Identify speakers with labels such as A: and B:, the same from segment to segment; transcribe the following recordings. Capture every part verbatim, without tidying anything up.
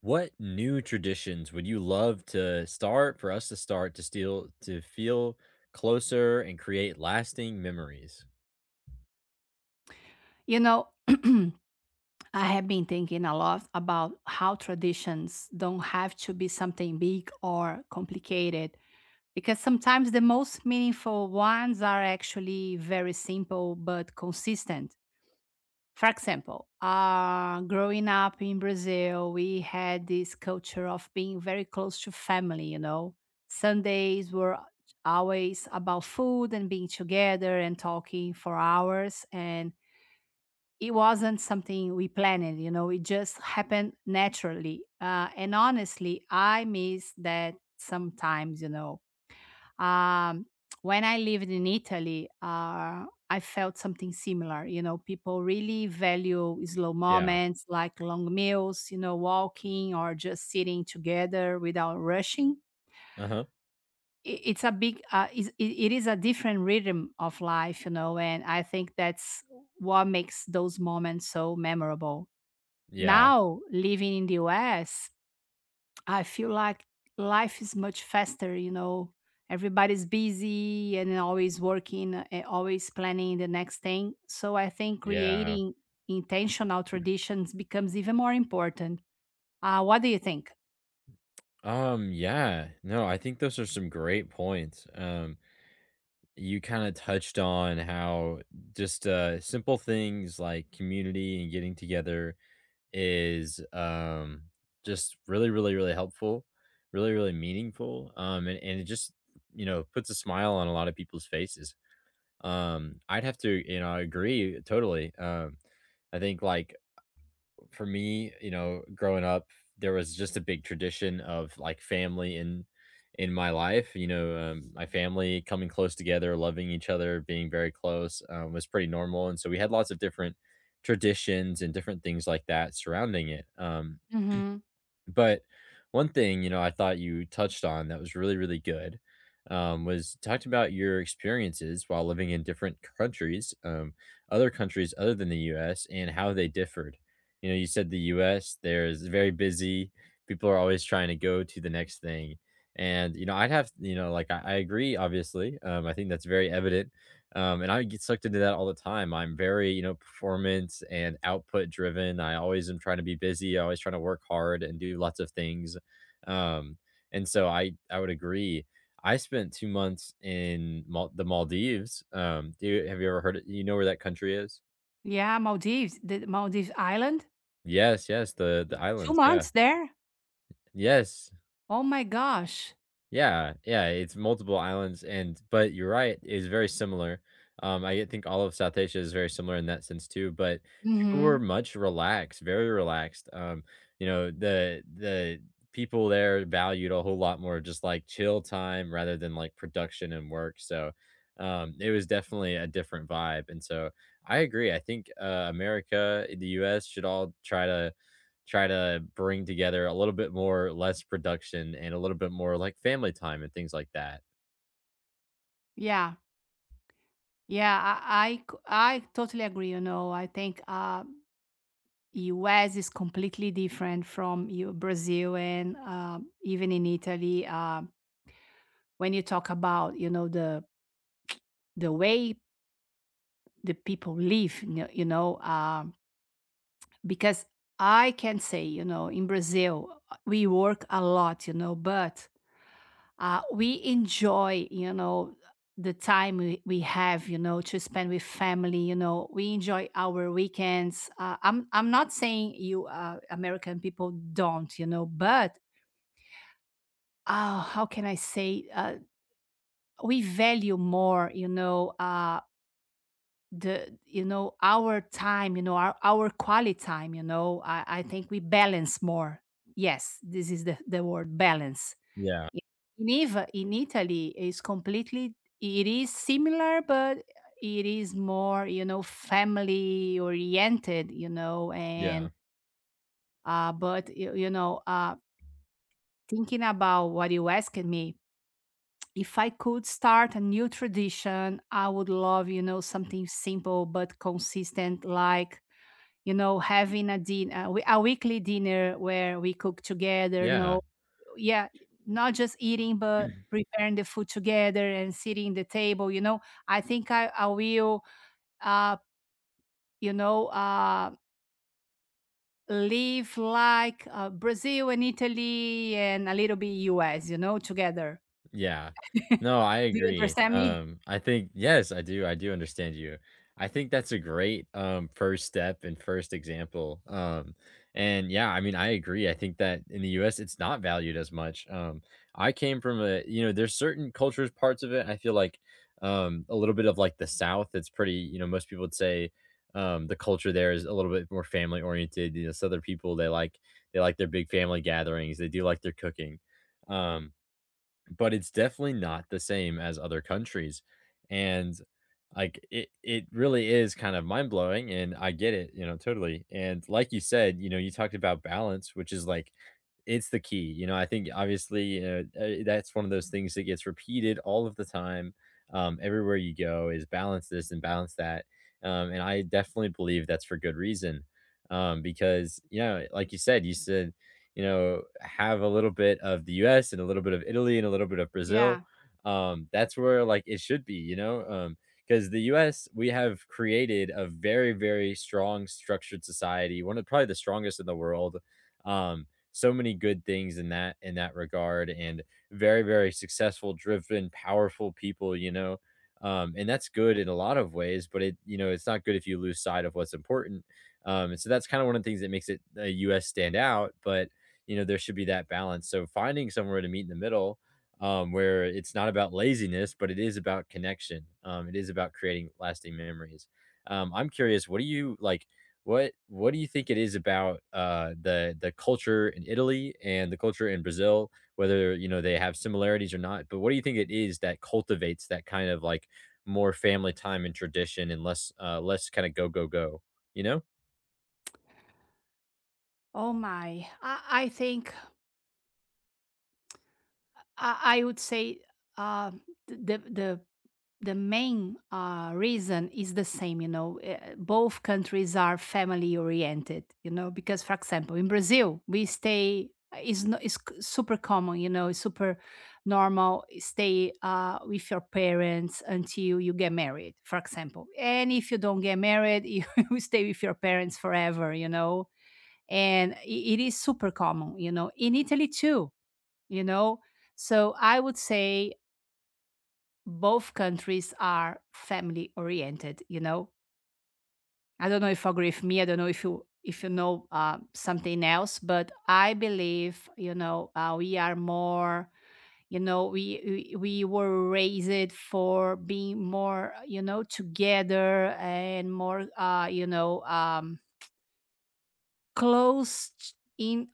A: What new traditions would you love to start for us to start to steal to feel closer and create lasting memories?
B: You know, I have been thinking a lot about how traditions don't have to be something big or complicated, because sometimes the most meaningful ones are actually very simple but consistent. For example, uh, growing up in Brazil, we had this culture of being very close to family, you know. Sundays were always about food and being together and talking for hours, and it wasn't something we planned, you know, it just happened naturally. Uh, and honestly, I miss that sometimes, you know. um, when I lived in Italy, uh, I felt something similar, you know. People really value slow
A: Yeah.
B: moments, like long meals, you know, walking or just sitting together without rushing.
A: Uh-huh.
B: I- it's a big uh, is- i- it is a different rhythm of life, you know, and I think that's what makes those moments so memorable.
A: Yeah.
B: Now, living in the U S, I feel like life is much faster, you know. Everybody's busy and always working, uh, and always planning the next thing. So I think
A: Yeah.
B: creating intentional traditions becomes even more important. Uh, what do you think?
A: Um, yeah. No, I think those are some great points. Um, you kind of touched on how just uh simple things like community and getting together is um just really really really helpful, really, really meaningful. um and, and it just you know puts a smile on a lot of people's faces. um I'd have to, you know I agree totally. um I think, like, for me, you know, growing up, there was just a big tradition of like family in in my life. You know, um, my family coming close together, loving each other, being very close um, was pretty normal, and so we had lots of different traditions and different things like that surrounding it. Um,
B: Hmm.
A: but one thing, you know, I thought you touched on that was really, really good, um, was talked about your experiences while living in different countries, um, other countries other than the U S and how they differed. You know, you said the U S, there's very busy, people are always trying to go to the next thing. And, you know, I'd have, you know, like I, I agree, obviously. Um, I think that's very evident um, and I get sucked into that all the time. I'm very, you know, performance and output driven. I always am trying to be busy. I always trying to work hard and do lots of things. Um, and so I, I would agree. I spent two months in Mal- the Maldives. Um, do you, have you ever heard of, you know, where that country is?
B: Yeah, Maldives, the Maldives Island.
A: Yes, yes, the the
B: Yeah. Two
A: islands. Yeah,
B: months there.
A: yes,
B: Oh my gosh.
A: yeah, yeah, it's multiple islands, and but you're right, it's very similar. Um, I think all of South Asia is very similar in that sense too, but people were
B: Hmm.
A: much relaxed, very relaxed. Um, you know, the the people there valued a whole lot more just like chill time rather than like production and work. So um it was definitely a different vibe. And so I agree. I think uh America, the U S should all try to try to bring together a little bit more less production and a little bit more, like, family time and things like that.
B: Yeah. Yeah, I, I, c- I totally agree. You know, I think uh, U S is completely different from you, Brazil, and um, even in Italy. Uh, when you talk about, you know, the the way the people live, you know, you know, um, because I can say, you know, in Brazil, uh, we work a lot, you know, but uh, we enjoy, you know, the time we, we have, you know, to spend with family. You know, we enjoy our weekends. Uh, i'm i'm not saying you, uh, American people, don't, you know, but uh, how can I say, uh, we value more, you know, uh, the, you know, our time, you know, our our quality time, you know. I, I think we balance more. Yes, this is the the word, balance.
A: Yeah,
B: In in Eva, in Italy, is completely, it is similar, but it is more, you know, family oriented, you know, and
A: yeah.
B: uh, but you, you know, uh, thinking about what you asked me. If I could start a new tradition, I would love, you know, something simple but consistent, like, you know, having a dinner, a weekly dinner where we cook together. No, yeah, not just eating, but
A: Yeah.
B: preparing the food together and sitting the table. You know, I think I, I will, uh, you know, uh, live like, uh, Brazil and Italy and a little bit U S, you know, together.
A: Yeah.
B: Do
A: No, I
B: you
A: agree.
B: understand me?
A: Um, I think yes, I do. I do understand you. I think that's a great um first step and first example. Um and yeah, I mean I agree. I think that in the U S it's not valued as much. Um I came from a, you know, there's certain cultures parts of it. I feel like um a little bit of like the South, it's pretty, you know, most people would say um the culture there is a little bit more family oriented. You know, Southern people, they like they like their big family gatherings, they do like their cooking. Um but it's definitely not the same as other countries. And like it it really is kind of mind blowing and I get it, you know, totally. And like you said, you know, you talked about balance, which is like it's the key, you know, I think obviously, you know, uh, that's one of those things that gets repeated all of the time, um, everywhere you go is balance this and balance that, um, and I definitely believe that's for good reason, um, because, you know, like you said, you said, you know, have a little bit of the U S and a little bit of Italy and a little bit of Brazil,
B: Yeah.
A: um, that's where, like, it should be, you know. Um, because the U S, we have created a very, very strong structured society, one of probably the strongest in the world, um, so many good things in that in that regard, and very, very successful, driven, powerful people, you know. Um, and that's good in a lot of ways, but it, you know, it's not good if you lose sight of what's important. Um, and so that's kind of one of the things that makes it the US stand out. But you know, there should be that balance, so finding somewhere to meet in the middle um, where it's not about laziness, but it is about connection. Um, it is about creating lasting memories. um, I'm curious, what do you like, what what do you think it is about, uh, the the culture in Italy and the culture in Brazil, whether, you know, they have similarities or not, but what do you think it is that cultivates that kind of, like, more family time and tradition and less, uh, less kinda go, go, go, you know?
B: Oh my. I, I think I, I would say, um, th- the the the main uh, reason is the same. You know, Uh, both countries are family oriented. You know, because, for example, in Brazil, we stay, is no, is c- super common. You know, it's super normal. eh, Stay uh, with your parents until you get married, for example, and if you don't get married, you stay with your parents forever. You know, and i- it is super common, you know, in Italy too, you know? So I would say both countries are family oriented, you know? I don't know if you agree with me. I don't know if you, if you know uh, something else, but I believe, you know, uh, we are more, you know, we, we we were raised for being more, uh, you know, together, and more, uh, you know, um, close in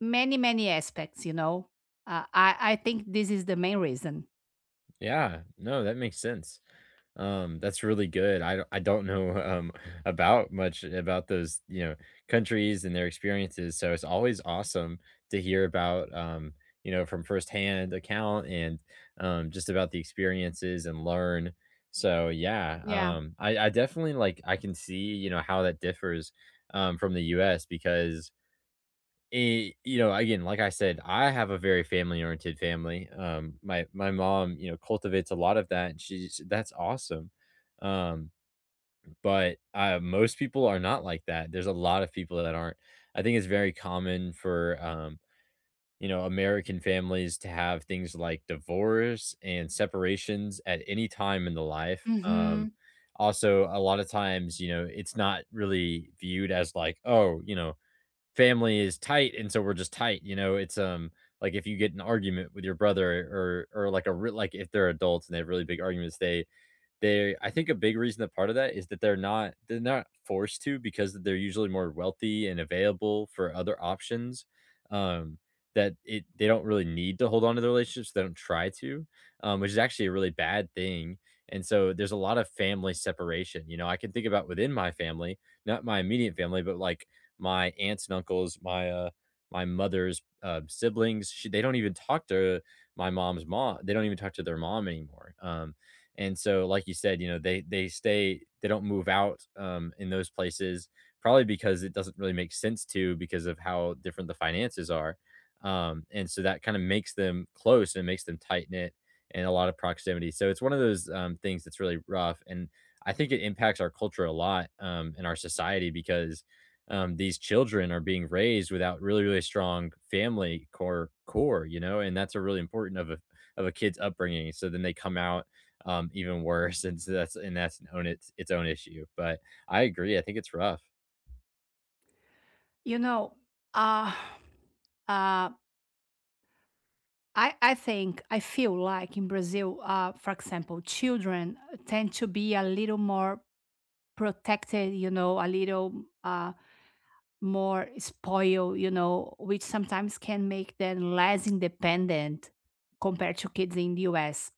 B: many many aspects. You know, uh, I I think this is the main reason.
A: Yeah, no, that makes sense. Um, that's really good. I don't I don't know, um, about much about those, you know, countries and their experiences, so it's always awesome to hear about, um, you know, from firsthand account, and um, just about the experiences and learn. So, yeah,
B: Yeah.
A: um, I I definitely, like I can see, you know, how that differs, um, from the U S. Because, Eh, you know, again, like I said, I have a very family-oriented family. Um, my my mom, you know, cultivates a lot of that, and she's that's awesome. Um, but, uh, most people are not like that. There's a lot of people that aren't. I think it's very common for, um, you know, American families to have things like divorce and separations at any time in the life.
B: Mm-hmm.
A: Um, also, a lot of times, you know, it's not really viewed as like, "Oh, you know, family is tight and so we're just tight, you know. It's um like if you get an argument with your brother, or or like a re- like if they're adults and they have really big arguments, they they I think a big reason that part of that is that they're not they're not forced to, because they're usually more wealthy and available for other options. Um, that it they don't really need to hold on to the relationships. They don't try to, um, which is actually a really bad thing. And so there's a lot of family separation. You know, I can think about within my family, not my immediate family, but like my aunts and uncles, my uh, my mother's uh, siblings. She, they don't even talk to my mom's mom. They don't even talk to their mom anymore. Um, and so, like you said, you know, they they stay, they don't move out um, in those places, probably because it doesn't really make sense to, because of how different the finances are. Um, and so that kind of makes them close and makes them tight knit and a lot of proximity. So it's one of those um, things that's really rough. And I think it impacts our culture a lot um, in our society, because um, these children are being raised without really, really strong family core core, you know, and that's a really important of a of a kid's upbringing. So then they come out um, even worse. And so that's, and that's an own its its own issue. But I agree. I think it's rough.
B: You know, uh, uh, I, I think, I feel like, in Brazil, uh, for example, children tend to be a little more protected, you know, a little uh, more spoiled, you know, which sometimes can make them less independent compared to kids in the U S.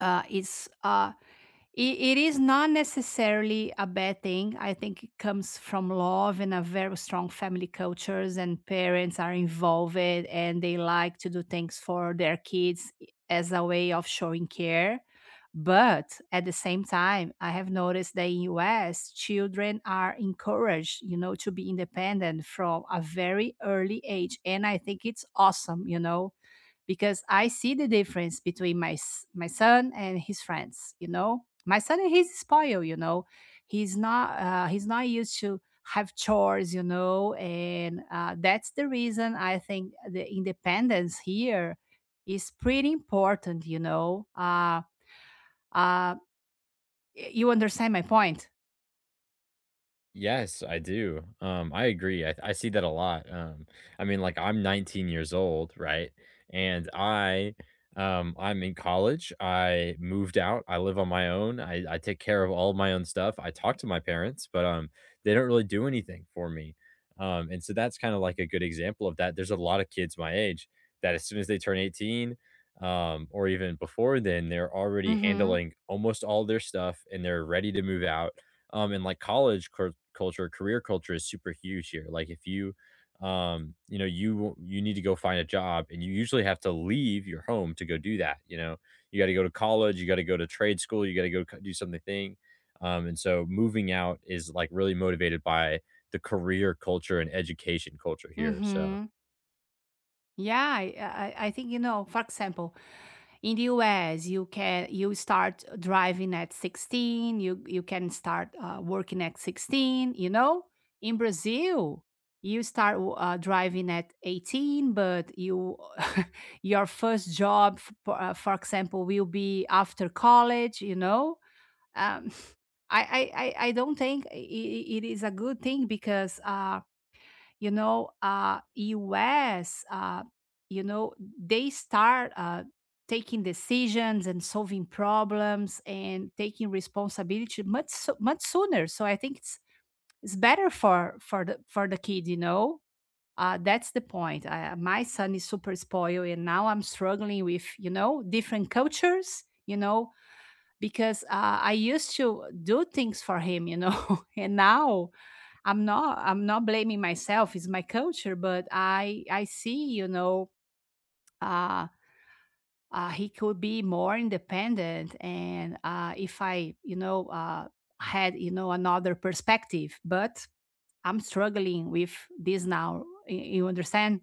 B: Uh, it's uh, It, it is not necessarily a bad thing. I think it comes from love and a very strong family cultures, and parents are involved and they like to do things for their kids i- as a way of showing care. But at the same time, I have noticed that in U S, children are encouraged, you know, to be independent from a very early age. And I think it's awesome, you know, because I see the difference between my s- my son and his friends. You know, my son, he's spoiled. You know, he's not uh, he's not used to have chores. You know, and uh, that's the reason I think the independence here is pretty important. You know, uh, uh, y- you understand my point.
A: Yes, I do. Um, I agree. I, I see that a lot. Um, I mean, like I'm nineteen years old, right? And I, um, I'm in college. I moved out. I live on my own. I, I take care of all of my own stuff. I talk to my parents, but um, they don't really do anything for me. Um, and so that's kind of like a good example of that. There's a lot of kids my age that as soon as they turn eighteen, um, or even before then, they're already
B: Mm-hmm.
A: handling almost all their stuff and they're ready to move out. Um and like college cur- culture, career culture is super huge here. Like if you um you know, you you need to go find a job, and you usually have to leave your home to go do that, you know. You got to go to college, you got to go to trade school, you got to go co- do something thing. Um and so moving out is like really motivated by the career culture and education culture here, so
B: Mm-hmm. Yeah, I, I I think, you know. For example, in the U S, you can you start driving at sixteen, you you can start uh, working at sixteen, you know? In Brazil, you start w- uh, driving at eighteen, but you, your first job, f- for, uh, for example, will be after college, you know? Um, I, I, I I don't think i- i- it is a good thing because uh, you know, uh us, uh you know, they start uh taking decisions and solving problems and taking responsibility much, so- much sooner. So I think it's it's better for for the for the kid, you know. Uh that's the point. I, my son is super spoiled, and now I'm struggling with, you know, different cultures, you know, because, uh, I used to do things for him, you know, and now I'm not I'm not blaming myself. It's my culture, but I I see, you know, uh, uh, he could be more independent, and uh, if I, you know, uh, had, you know, another perspective, but I'm struggling with this now. y- You understand?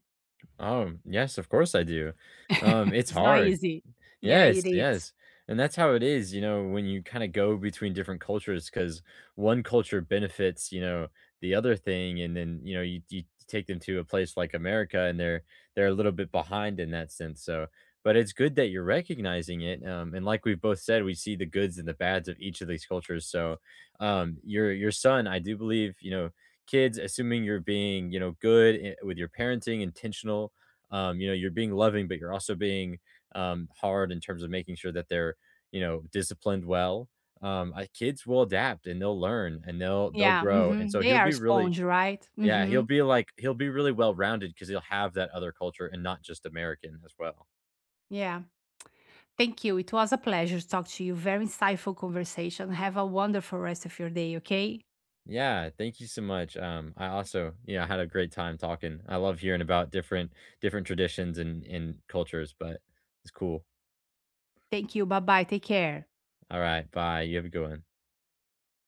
A: um yes, of course I do. Um it's
B: It's not
A: hard.
B: easy. Yeah, it
A: Yes,
B: is.
A: yes, and that's how it is, you know, when you kinda go between different cultures, because one culture benefits, you know, the other thing, and then, you know, you you take them to a place like America, and they're they're a little bit behind in that sense, so but it's good that you're recognizing it, um, and like we've both said, we see the goods and the bads of each of these cultures, so, um, your your son, I do believe, you know, kids, assuming you're being, you know, good I with your parenting, intentional, um, you know, you're being loving, but you're also being um, hard in terms of making sure that they're, you know, disciplined well. Um, uh, kids will adapt and they'll learn and they'll they'll
B: Yeah,
A: grow. And
B: hmm,
A: so
B: they
A: he'll
B: are
A: be really
B: sponge, right?
A: yeah,
B: Hmm.
A: he'll be like he'll be really well rounded, because he'll have that other culture and not just American as well.
B: Yeah. Thank you. It was a pleasure to talk to you. Very insightful conversation. Have a wonderful rest of your day, okay?
A: Yeah, thank you so much. Um, I also, you know, had a great time talking. I love hearing about different different traditions and and cultures, but it's cool.
B: Thank you. Bye bye. Take care.
A: All right, bye. You have a good one.